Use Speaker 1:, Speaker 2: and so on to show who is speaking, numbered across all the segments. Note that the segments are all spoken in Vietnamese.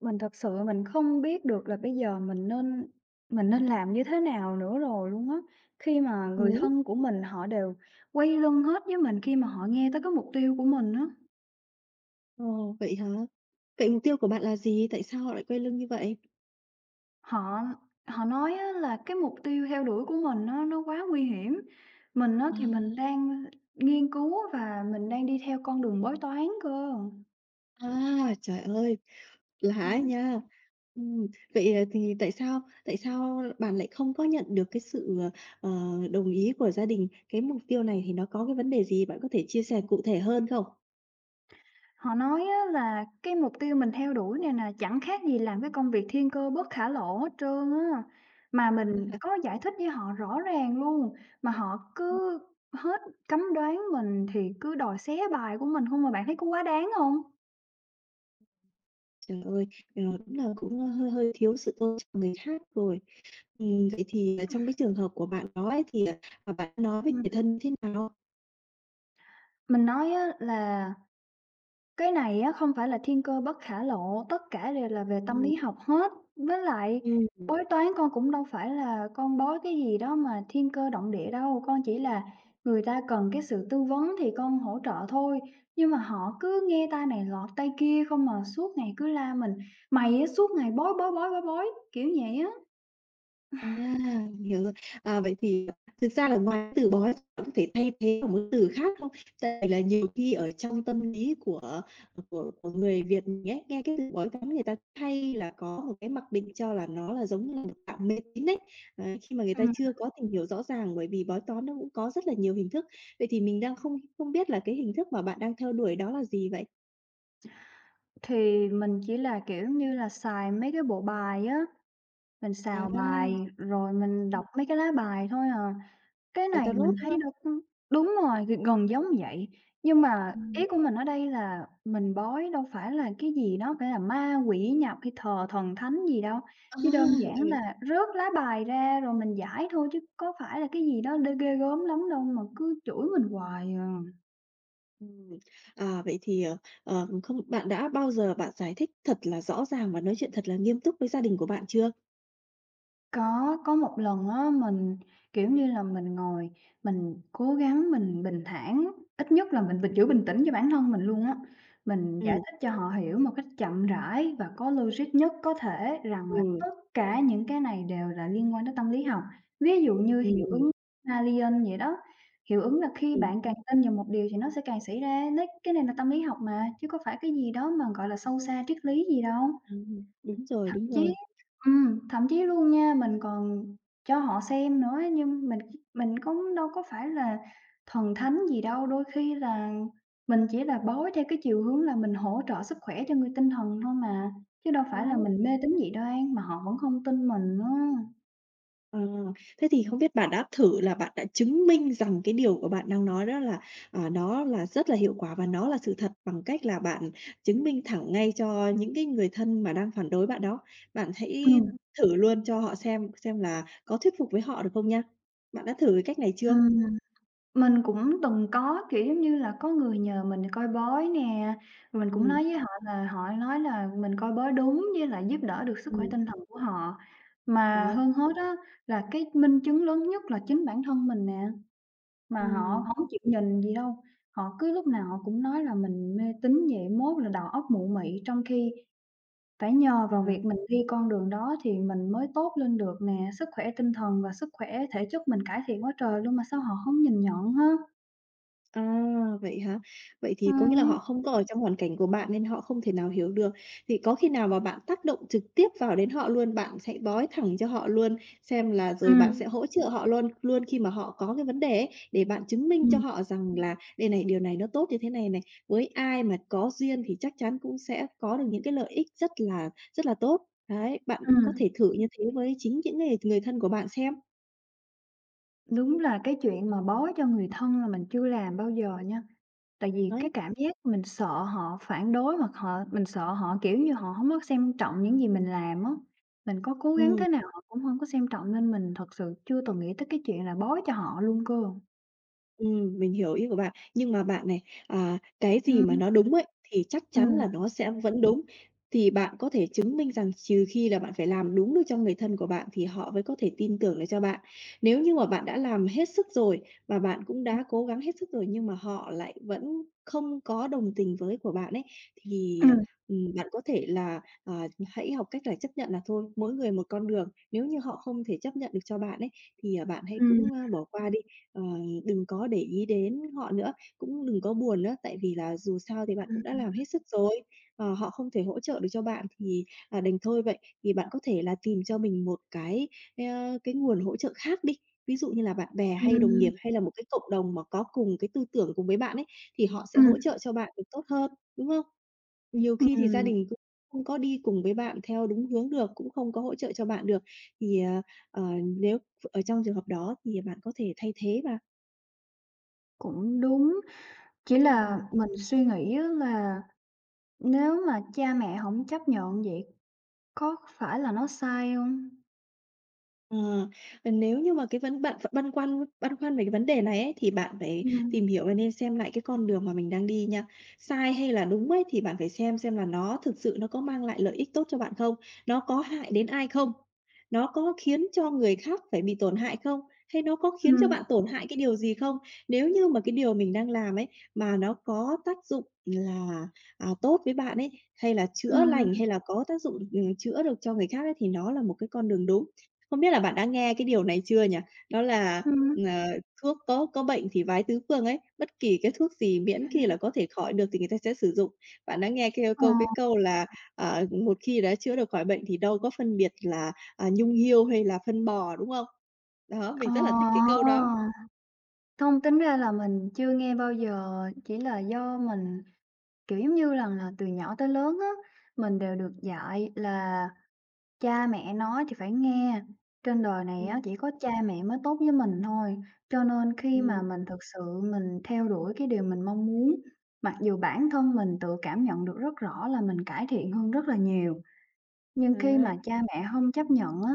Speaker 1: Mình thật sự không biết được là bây giờ mình nên làm như thế nào nữa rồi luôn á. Khi mà người
Speaker 2: Ừm,
Speaker 1: thân của mình họ đều quay lưng hết với mình khi mà họ nghe tới cái mục tiêu của mình á.
Speaker 2: ờ, Vậy hả? Vậy mục tiêu của bạn là gì? Tại sao họ lại quay lưng như vậy?
Speaker 1: Họ họ nói á là cái mục tiêu theo đuổi của mình nó quá nguy hiểm. Mình á
Speaker 2: À.
Speaker 1: thì mình đang nghiên cứu và mình đang đi theo con đường bói toán cơ.
Speaker 2: À, trời ơi, là
Speaker 1: Ừ.
Speaker 2: á nha. ừm, Vậy, thì tại sao bạn lại không có nhận được cái sự, ờ, đồng ý của gia đình? Cái mục tiêu này thì nó có cái vấn đề gì? Bạn có thể chia sẻ cụ thể hơn không?
Speaker 1: Họ nói á là cái mục tiêu mình theo đuổi này nè, chẳng khác gì làm cái công việc thiên cơ bất khả lộ hết trơn á. Mà mình có giải thích với họ rõ ràng luôn, mà họ cứ hết cấm đoán mình thì cứ đòi xé bài của mình không, mà bạn thấy có quá đáng không?
Speaker 2: Trời ơi, đúng là cũng hơi hơi thiếu sự tôn trọng người khác rồi. Vậy thì, trong cái trường hợp của bạn đó ấy, thì, bạn nói với
Speaker 1: Ừm.
Speaker 2: người thân thế nào?
Speaker 1: Mình nói á là cái này á, không phải là thiên cơ bất khả lộ, tất cả đều là về tâm
Speaker 2: Ừm.
Speaker 1: lý học hết. Với lại bói toán con cũng đâu phải là con bói cái gì đó mà thiên cơ động địa đâu, con chỉ là người ta cần cái sự tư vấn thì con hỗ trợ thôi. Nhưng mà họ cứ nghe tai này lọt tai kia không mà suốt ngày cứ la mình, mày á suốt ngày bói, bói, bói, bói, bói, kiểu vậy á.
Speaker 2: À, mình hiểu rồi. À, vậy thì thực ra là ngoài cái từ "bó" bạn có thể thay thế bằng một cái từ khác không? Tại vì là nhiều khi ở trong tâm lý của người Việt mình ấy, nghe cái từ "bói toán" người ta hay là có một cái mặc định cho là nó là giống như là một dạng mê tín ấy, đấy, khi mà người ta
Speaker 1: Ừm,
Speaker 2: chưa có tìm hiểu rõ ràng, bởi vì bói toán nó cũng có rất là nhiều hình thức. Vậy thì mình đang không không biết là cái hình thức mà bạn đang theo đuổi đó là gì vậy?
Speaker 1: thì mình chỉ là, kiểu như là, xài mấy cái bộ bài á, mình
Speaker 2: À,
Speaker 1: xào bài rồi mình
Speaker 2: ừm,
Speaker 1: đọc mấy cái lá bài thôi à. Cái
Speaker 2: bài
Speaker 1: này
Speaker 2: tarot,
Speaker 1: mình
Speaker 2: đúng
Speaker 1: thấy
Speaker 2: không?
Speaker 1: đúng. Đúng rồi, gần giống vậy. Nhưng mà
Speaker 2: Ừm.
Speaker 1: ý của mình ở đây là mình bói đâu phải là cái gì đó phải là ma quỷ nhập hay thờ thần thánh gì đâu,
Speaker 2: À,
Speaker 1: chỉ đơn giản
Speaker 2: ừ.
Speaker 1: là rớt lá bài ra rồi mình giải thôi chứ có phải là cái gì đó ghê gớm lắm đâu mà cứ chửi mình hoài à.
Speaker 2: Ừm, Vậy thì, không bạn đã bao giờ bạn giải thích thật là rõ ràng và nói chuyện thật là nghiêm túc với gia đình của bạn chưa?
Speaker 1: Có một lần á, mình, kiểu như là, mình ngồi, mình cố gắng, mình bình thản, ít nhất là mình giữ bình tĩnh cho bản thân mình luôn á. Mình giải
Speaker 2: Ừm.
Speaker 1: thích cho họ hiểu một cách chậm rãi và có logic nhất có thể rằng là
Speaker 2: Ừm,
Speaker 1: tất cả những cái này đều là liên quan tới tâm lý học. Ví dụ như hiệu
Speaker 2: ừm,
Speaker 1: ứng Alien vậy đó, hiệu ứng là khi
Speaker 2: ừm,
Speaker 1: bạn càng tin vào một điều thì nó sẽ càng xảy ra, lấy cái này là tâm lý học mà, chứ có phải cái gì đó mà, gọi là, sâu xa triết lý gì đâu.
Speaker 2: à, Đúng rồi,
Speaker 1: Thậm
Speaker 2: đúng
Speaker 1: chí
Speaker 2: rồi.
Speaker 1: thậm chí luôn nha, mình còn cho họ xem nữa ấy, nhưng mình cũng đâu có phải là thần thánh gì đâu, đôi khi là mình chỉ là bói theo cái chiều hướng là mình hỗ trợ sức khỏe cho người tinh thần thôi mà, chứ đâu phải
Speaker 2: Đó,
Speaker 1: là mình mê tín dị đoan, mà họ vẫn không tin mình á.
Speaker 2: ờ, thế thì không biết bạn đã thử là bạn đã chứng minh rằng cái điều của bạn đang nói đó là, nó là rất là hiệu quả và nó là sự thật, bằng cách là bạn chứng minh thẳng ngay cho những cái người thân mà đang phản đối bạn đó. Bạn hãy
Speaker 1: Ừm,
Speaker 2: thử luôn cho họ xem là có thuyết phục với họ được không nha. Bạn đã thử cái cách này chưa?
Speaker 1: ừm. Mình cũng từng có, kiểu, giống như là, có người nhờ mình coi bói nè, rồi mình cũng
Speaker 2: Ừm.
Speaker 1: nói với họ là họ nói là mình coi bói đúng với lại giúp đỡ được sức khỏe
Speaker 2: Ừm,
Speaker 1: tinh thần của họ. Mà
Speaker 2: đó,
Speaker 1: hơn hết á, là cái minh chứng lớn nhất là chính bản thân mình nè, mà họ
Speaker 2: ừm,
Speaker 1: họ không chịu nhìn gì đâu, họ cứ lúc nào họ cũng nói là mình mê tín vậy, mốt là đầu óc mụ mị, trong khi phải nhờ
Speaker 2: à,
Speaker 1: vào việc mình đi con đường đó thì mình mới tốt lên được nè, sức khỏe tinh thần và sức khỏe thể chất mình cải thiện quá trời luôn mà sao họ không nhìn nhận ha.
Speaker 2: à, Vậy hả? Vậy thì có nghĩa là
Speaker 1: Ừm,
Speaker 2: họ không có ở trong hoàn cảnh của bạn nên họ không thể nào hiểu được. Thì có khi nào mà bạn tác động trực tiếp vào đến họ luôn, bạn sẽ nói thẳng cho họ luôn, xem là rồi
Speaker 1: ừm,
Speaker 2: bạn sẽ hỗ trợ họ luôn luôn khi mà họ có cái vấn đề ấy, để bạn chứng minh cho
Speaker 1: ừm,
Speaker 2: họ rằng là đây này, điều này nó tốt như thế này này, với ai mà có duyên thì chắc chắn cũng sẽ có được những cái lợi ích rất là tốt. Đấy, bạn có
Speaker 1: ừm,
Speaker 2: thể thử như thế với chính những người người thân của bạn xem.
Speaker 1: đúng là cái chuyện mà bó cho người thân là mình chưa làm bao giờ nha, tại vì cái
Speaker 2: Đấy,
Speaker 1: cảm giác mình sợ họ phản đối hoặc mình sợ họ, kiểu như, họ hổng có xem trọng những gì mình làm á. Mình có cố gắng
Speaker 2: ừm.
Speaker 1: thế nào họ cũng hông có xem trọng nên mình thật sự chưa từng nghĩ tới cái chuyện là bó cho họ luôn cơ.
Speaker 2: Mình hiểu ý của bạn. Nhưng mà bạn này, cái gì mà
Speaker 1: Ừm,
Speaker 2: nó đúng ấy, thì chắc chắn là
Speaker 1: ừm,
Speaker 2: nó sẽ vẫn đúng. Thì bạn có thể chứng minh rằng trừ khi là bạn phải làm đúng được cho người thân của bạn thì họ mới có thể tin tưởng được cho bạn. Nếu như mà bạn đã làm hết sức rồi, và bạn cũng
Speaker 1: ừm,
Speaker 2: đã cố gắng hết sức rồi, nhưng mà họ lại vẫn không có đồng tình với của bạn ấy, thì,
Speaker 1: ừm,
Speaker 2: bạn có thể là, hãy học cách là chấp nhận là thôi, mỗi người một con đường. Nếu như họ không thể chấp nhận được cho bạn ấy, thì, bạn hãy cũng, bỏ qua đi. Ờ, Đừng có để ý đến họ nữa, cũng đừng có buồn nữa, tại vì là dù sao thì bạn cũng đã làm hết sức rồi. Họ không thể hỗ trợ được cho bạn thì, đành thôi vậy. Thì bạn có thể là tìm cho mình một cái nguồn hỗ trợ khác đi, ví dụ như là bạn bè hay đồng
Speaker 1: ừm,
Speaker 2: nghiệp, hay là một cái cộng đồng mà có cùng cái tư tưởng cùng với bạn ấy, thì họ sẽ hỗ
Speaker 1: ừm,
Speaker 2: trợ cho bạn được tốt hơn, đúng không? Nhiều khi thì gia
Speaker 1: ừm,
Speaker 2: đình cũng không có đi cùng với bạn theo đúng hướng được, cũng không có hỗ trợ cho bạn được, thì, ờ, nếu ở trong trường hợp đó thì bạn có thể thay thế bằng.
Speaker 1: cũng đúng, chỉ là
Speaker 2: Ừm,
Speaker 1: mình suy nghĩ á là nếu mà cha mẹ hổng chấp nhận vậy có phải là nó sai hông?
Speaker 2: ờ, Nếu như mà cái vấn bạn vẫn băn khoăn về cái vấn đề này ấy, thì bạn phải
Speaker 1: Ừm,
Speaker 2: tìm hiểu và nên xem lại cái con đường mà mình đang đi nha. Sai hay là đúng ấy, thì bạn phải xem là thực sự nó có mang lại lợi ích tốt cho bạn không? Nó có hại đến ai không? Nó có khiến cho người khác phải bị tổn hại không? Hay nó có khiến cho
Speaker 1: ừm,
Speaker 2: bạn tổn hại cái điều gì không? Nếu như mà cái điều mình đang làm ấy, mà nó có tác dụng là, tốt với bạn ấy, hay là chữa
Speaker 1: ừm,
Speaker 2: lành, hay là có tác dụng, chữa được cho người khác ấy, thì nó là một cái con đường đúng. Không biết là bạn đã nghe cái điều này chưa nhỉ? Đó là,
Speaker 1: ừm,
Speaker 2: ờ, thuốc có bệnh thì vái tứ phương ấy, bất kỳ cái thuốc gì miễn khi là có thể khỏi được thì người ta sẽ sử dụng. Bạn đã nghe cái
Speaker 1: ờ,
Speaker 2: câu cái câu là, một khi đã chữa được khỏi bệnh thì đâu có phân biệt là, nhung hươu hay là phân bò, đúng không? Đó, mình
Speaker 1: ờ.
Speaker 2: rất là thích cái câu đó.
Speaker 1: Thông tính ra là mình chưa nghe bao giờ, chỉ là do mình, kiểu, giống như rằng là từ nhỏ tới lớn á, mình đều được dạy là cha mẹ nói thì phải nghe, trên đời này á
Speaker 2: Ừm,
Speaker 1: chỉ có cha mẹ mới tốt với mình thôi. Cho nên khi mà
Speaker 2: ừm,
Speaker 1: mình thực sự mình theo đuổi cái điều mình mong muốn, mặc dù bản thân mình tự cảm nhận được rất rõ là mình cải thiện hơn rất là nhiều. Nhưng khi
Speaker 2: đấy,
Speaker 1: mà cha mẹ hông chấp nhận á,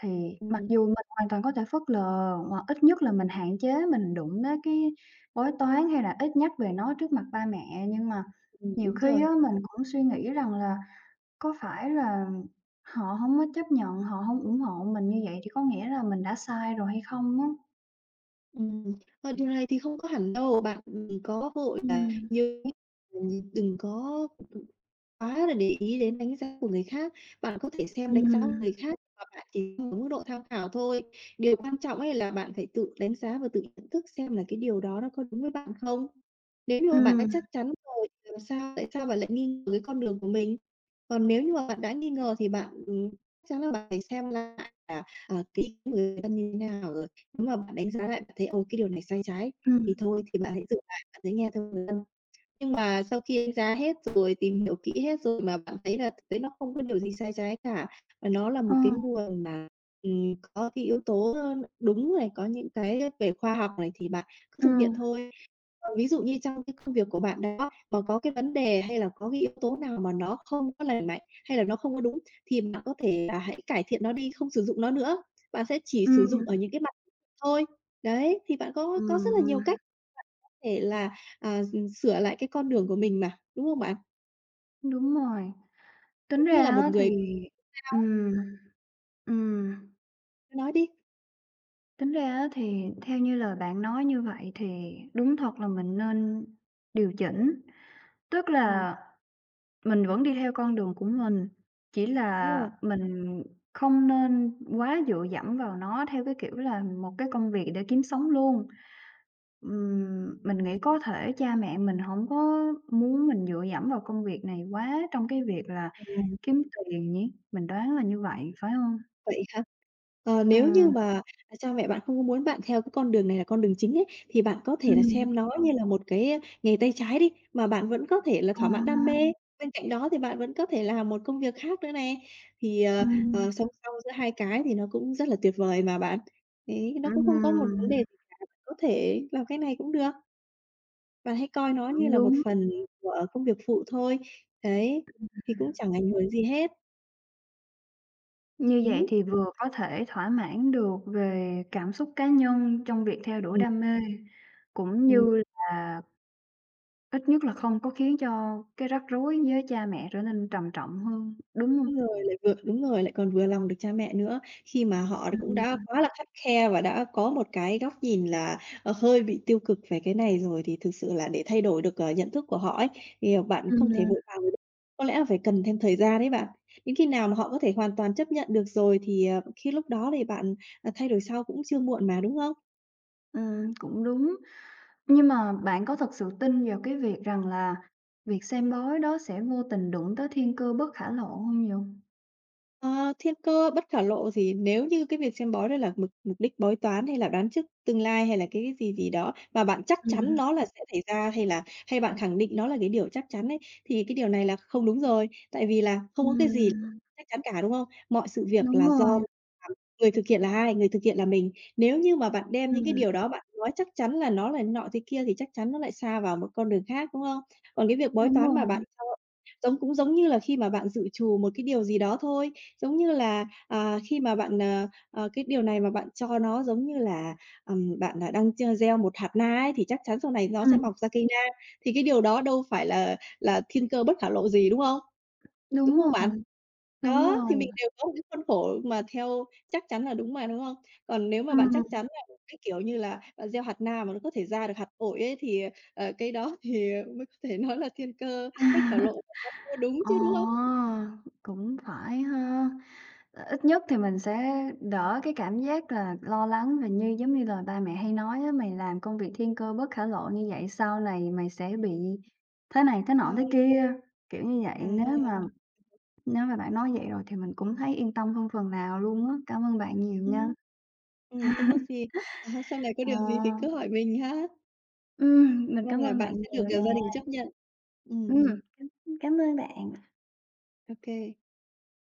Speaker 1: thì mặc
Speaker 2: ừm,
Speaker 1: dù mình hoàn toàn có thể phớt lờ hoặc ít nhất là mình hạn chế mình đụng đến cái bói toán hay là ít nhắc về nó trước mặt ba mẹ, nhưng mà nhiều
Speaker 2: Đúng
Speaker 1: khi
Speaker 2: rồi.
Speaker 1: á, mình cũng suy nghĩ rằng là có phải là họ hông có chấp nhận, họ hông ủng hộ mình như vậy thì có nghĩa là mình đã sai rồi hay không á?
Speaker 2: Ừm, Điều này thì không có hẳn đâu, bạn, có hội là
Speaker 1: Ừm,
Speaker 2: nhớ đừng có quá là để ý đến đánh giá của người khác. Bạn có thể xem đánh giá của
Speaker 1: ừm,
Speaker 2: người khác và bạn chỉ ở mức độ tham khảo thôi. Điều quan trọng ấy là bạn phải tự đánh giá và tự nhận thức xem là cái điều đó nó có đúng với bạn không. Nếu như mà bạn đã
Speaker 1: ừm,
Speaker 2: chắc chắn rồi thì làm sao tại sao bạn lại nghi ngờ cái con đường của mình? Còn nếu như mà bạn đã nghi ngờ thì bạn, chắc chắn là bạn phải xem lại là, cái ý kiến người thân như thế nào rồi. Nếu mà bạn đánh giá lại bạn thấy, cái điều này sai trái, thì
Speaker 1: ừm,
Speaker 2: thôi thì bạn hãy dừng lại, bạn hãy nghe theo người thân. Nhưng mà sau khi đánh giá hết rồi, tìm hiểu kỹ hết rồi mà bạn thấy là thực tế nó không có điều gì sai trái cả, và nó là một
Speaker 1: ờ,
Speaker 2: cái nguồn mà, có cái yếu tố, đúng này, có những cái về khoa học này, thì bạn cứ thực hiện
Speaker 1: ừm,
Speaker 2: thôi. Còn ví dụ như trong cái công việc của bạn đó, mà có cái vấn đề hay là có cái yếu tố nào mà nó không có lành mạnh, hay là nó không có đúng, thì bạn có thể là hãy cải thiện nó đi, không sử dụng nó nữa. Bạn sẽ chỉ sử
Speaker 1: ừm,
Speaker 2: dụng ở
Speaker 1: ừm,
Speaker 2: những cái mặt thôi. Đấy, thì bạn có rất là nhiều
Speaker 1: ừm,
Speaker 2: cách thể là, sửa lại cái con đường của mình mà, đúng không bạn?
Speaker 1: đúng rồi. Tính
Speaker 2: Giống như
Speaker 1: ra
Speaker 2: là một
Speaker 1: á thì
Speaker 2: người.
Speaker 1: ừm, ừm.
Speaker 2: Cứ nói đi.
Speaker 1: Tính ra á thì theo như lời bạn nói như vậy thì đúng thật là mình nên điều chỉnh. Tức
Speaker 2: ừm,
Speaker 1: là mình vẫn đi theo con đường của mình, chỉ
Speaker 2: Đúng
Speaker 1: là
Speaker 2: rồi.
Speaker 1: mình không nên quá dựa dẫm vào nó theo cái kiểu là một cái công việc để kiếm sống luôn. Mình nghĩ có thể cha mẹ mình không có muốn mình dựa dẫm vào công việc này quá trong cái việc là
Speaker 2: À,
Speaker 1: kiếm tiền nhỉ? Mình đoán là như vậy, phải không?
Speaker 2: vậy hả? Nếu như
Speaker 1: Ừm,
Speaker 2: mà, cha mẹ bạn không có muốn bạn theo cái con đường này là con đường chính ấy, thì bạn có thể là
Speaker 1: ừm,
Speaker 2: xem nó như là một cái, nghề tay trái đi, mà bạn vẫn có thể là
Speaker 1: ờ,
Speaker 2: thỏa mãn đam mê. Bên cạnh đó thì bạn vẫn có thể làm một công việc khác nữa này, thì,
Speaker 1: ừm.
Speaker 2: song song giữa hai cái thì nó cũng rất là tuyệt vời mà bạn. Đấy, nó cũng không có một vấn
Speaker 1: Ừm,
Speaker 2: đề gì cả, bạn có thể làm cái này cũng được. Bạn hãy coi nó như
Speaker 1: cũng
Speaker 2: là một
Speaker 1: đúng.
Speaker 2: phần của công việc phụ thôi, đấy, thì cũng chẳng ảnh hưởng gì hết.
Speaker 1: Như vậy
Speaker 2: Ừm.
Speaker 1: thì vừa có thể thỏa mãn được về cảm xúc cá nhân trong việc theo đuổi
Speaker 2: Ừm.
Speaker 1: đam mê, cũng
Speaker 2: ừm,
Speaker 1: như là ít nhất là không có khiến cho cái rắc rối với cha mẹ trở nên trầm trọng hơn, đúng hông?
Speaker 2: Đúng rồi, lại vừa đúng rồi, lại còn vừa lòng được cha mẹ nữa, khi mà họ cũng đã
Speaker 1: Ừm,
Speaker 2: quá là khắt khe và đã có một cái góc nhìn là, hơi bị tiêu cực về cái này rồi, thì thực sự là để thay đổi được, nhận thức của họ ấy, thì, bạn không thể
Speaker 1: ừm,
Speaker 2: vội vàng được. Có lẽ là phải cần thêm thời gian đấy bạn. Đến khi nào mà họ có thể hoàn toàn chấp nhận được rồi thì, lúc đó thì bạn, thay đổi sau cũng chưa muộn mà, đúng không?
Speaker 1: cũng đúng. Nhưng mà bạn có thật sự tin vào cái việc rằng là việc xem bói đó sẽ vô tình đụng tới thiên cơ bất khả lộ hông vậy?
Speaker 2: Ờ, Thiên cơ bất khả lộ thì nếu như cái việc xem bói đó là mục mục đích bói toán hay là đoán trước tương lai, hay là cái gì gì đó mà bạn chắc chắn
Speaker 1: Ừm,
Speaker 2: nó là sẽ xảy ra, hay bạn khẳng định nó là cái điều chắc chắn ấy, thì cái điều này là không đúng rồi. Tại vì là không có cái gì
Speaker 1: ừm,
Speaker 2: chắc chắn cả, đúng không? Mọi sự việc
Speaker 1: đúng
Speaker 2: là do
Speaker 1: rồi,
Speaker 2: người thực hiện là ai? Người thực hiện là mình. Nếu như mà bạn đem những cái điều
Speaker 1: ừm,
Speaker 2: đó bạn nói chắc chắn là nó là nọ thế kia thì chắc chắn nó lại xa vào một con đường khác, đúng không? Còn cái việc bói
Speaker 1: đúng
Speaker 2: toán mà bạn
Speaker 1: rồi,
Speaker 2: cho. Giống như là khi mà bạn dự trù một cái điều gì đó thôi, giống như là, khi mà bạn, cái điều này mà bạn cho nó giống như là, bạn, đang gieo một hạt na ấy, thì chắc chắn sau này nó sẽ
Speaker 1: ừm,
Speaker 2: mọc ra cây na, thì cái điều đó đâu phải là thiên cơ bất khả lộ gì, đúng không? Đúng
Speaker 1: đúng
Speaker 2: không
Speaker 1: rồi.
Speaker 2: bạn?
Speaker 1: Đúng
Speaker 2: Đó, thì mình
Speaker 1: rồi,
Speaker 2: đều có một cái khuôn khổ mà theo chắc chắn là đúng mà, đúng không? Còn nếu mà bạn chắc
Speaker 1: ừm,
Speaker 2: chắn là cái, kiểu như là, bạn gieo hạt na mà nó có thể ra được hạt ổi ấy thì, cái đó thì, mới có thể nói là thiên cơ bất khả lộ và nó không có đúng
Speaker 1: ờ,
Speaker 2: chứ, đúng không?
Speaker 1: cũng phải ha. Ờ, ít nhất thì mình sẽ đỡ cái cảm giác là lo lắng và như giống như lời ba mẹ hay nói á, "Mày làm công việc thiên cơ bất khả lộ như vậy sau này mày sẽ bị thế này thế
Speaker 2: À,
Speaker 1: nọ thế kia", kiểu như vậy.
Speaker 2: à,
Speaker 1: Nếu mà bạn nói vậy rồi thì mình cũng thấy yên tâm hơn phần nào luôn á. Cảm ơn bạn nhiều nha.
Speaker 2: ừm. Không có gì. À, sau này có
Speaker 1: Ờ,
Speaker 2: điều gì thì cứ hỏi mình ha.
Speaker 1: mình
Speaker 2: Mong
Speaker 1: cảm
Speaker 2: là
Speaker 1: ơn bạn
Speaker 2: bạn sẽ được,
Speaker 1: nhiều nè.
Speaker 2: gia đình chấp nhận. Ừm, ừm,
Speaker 1: Ừm, cám ơn bạn.
Speaker 2: Ô kê.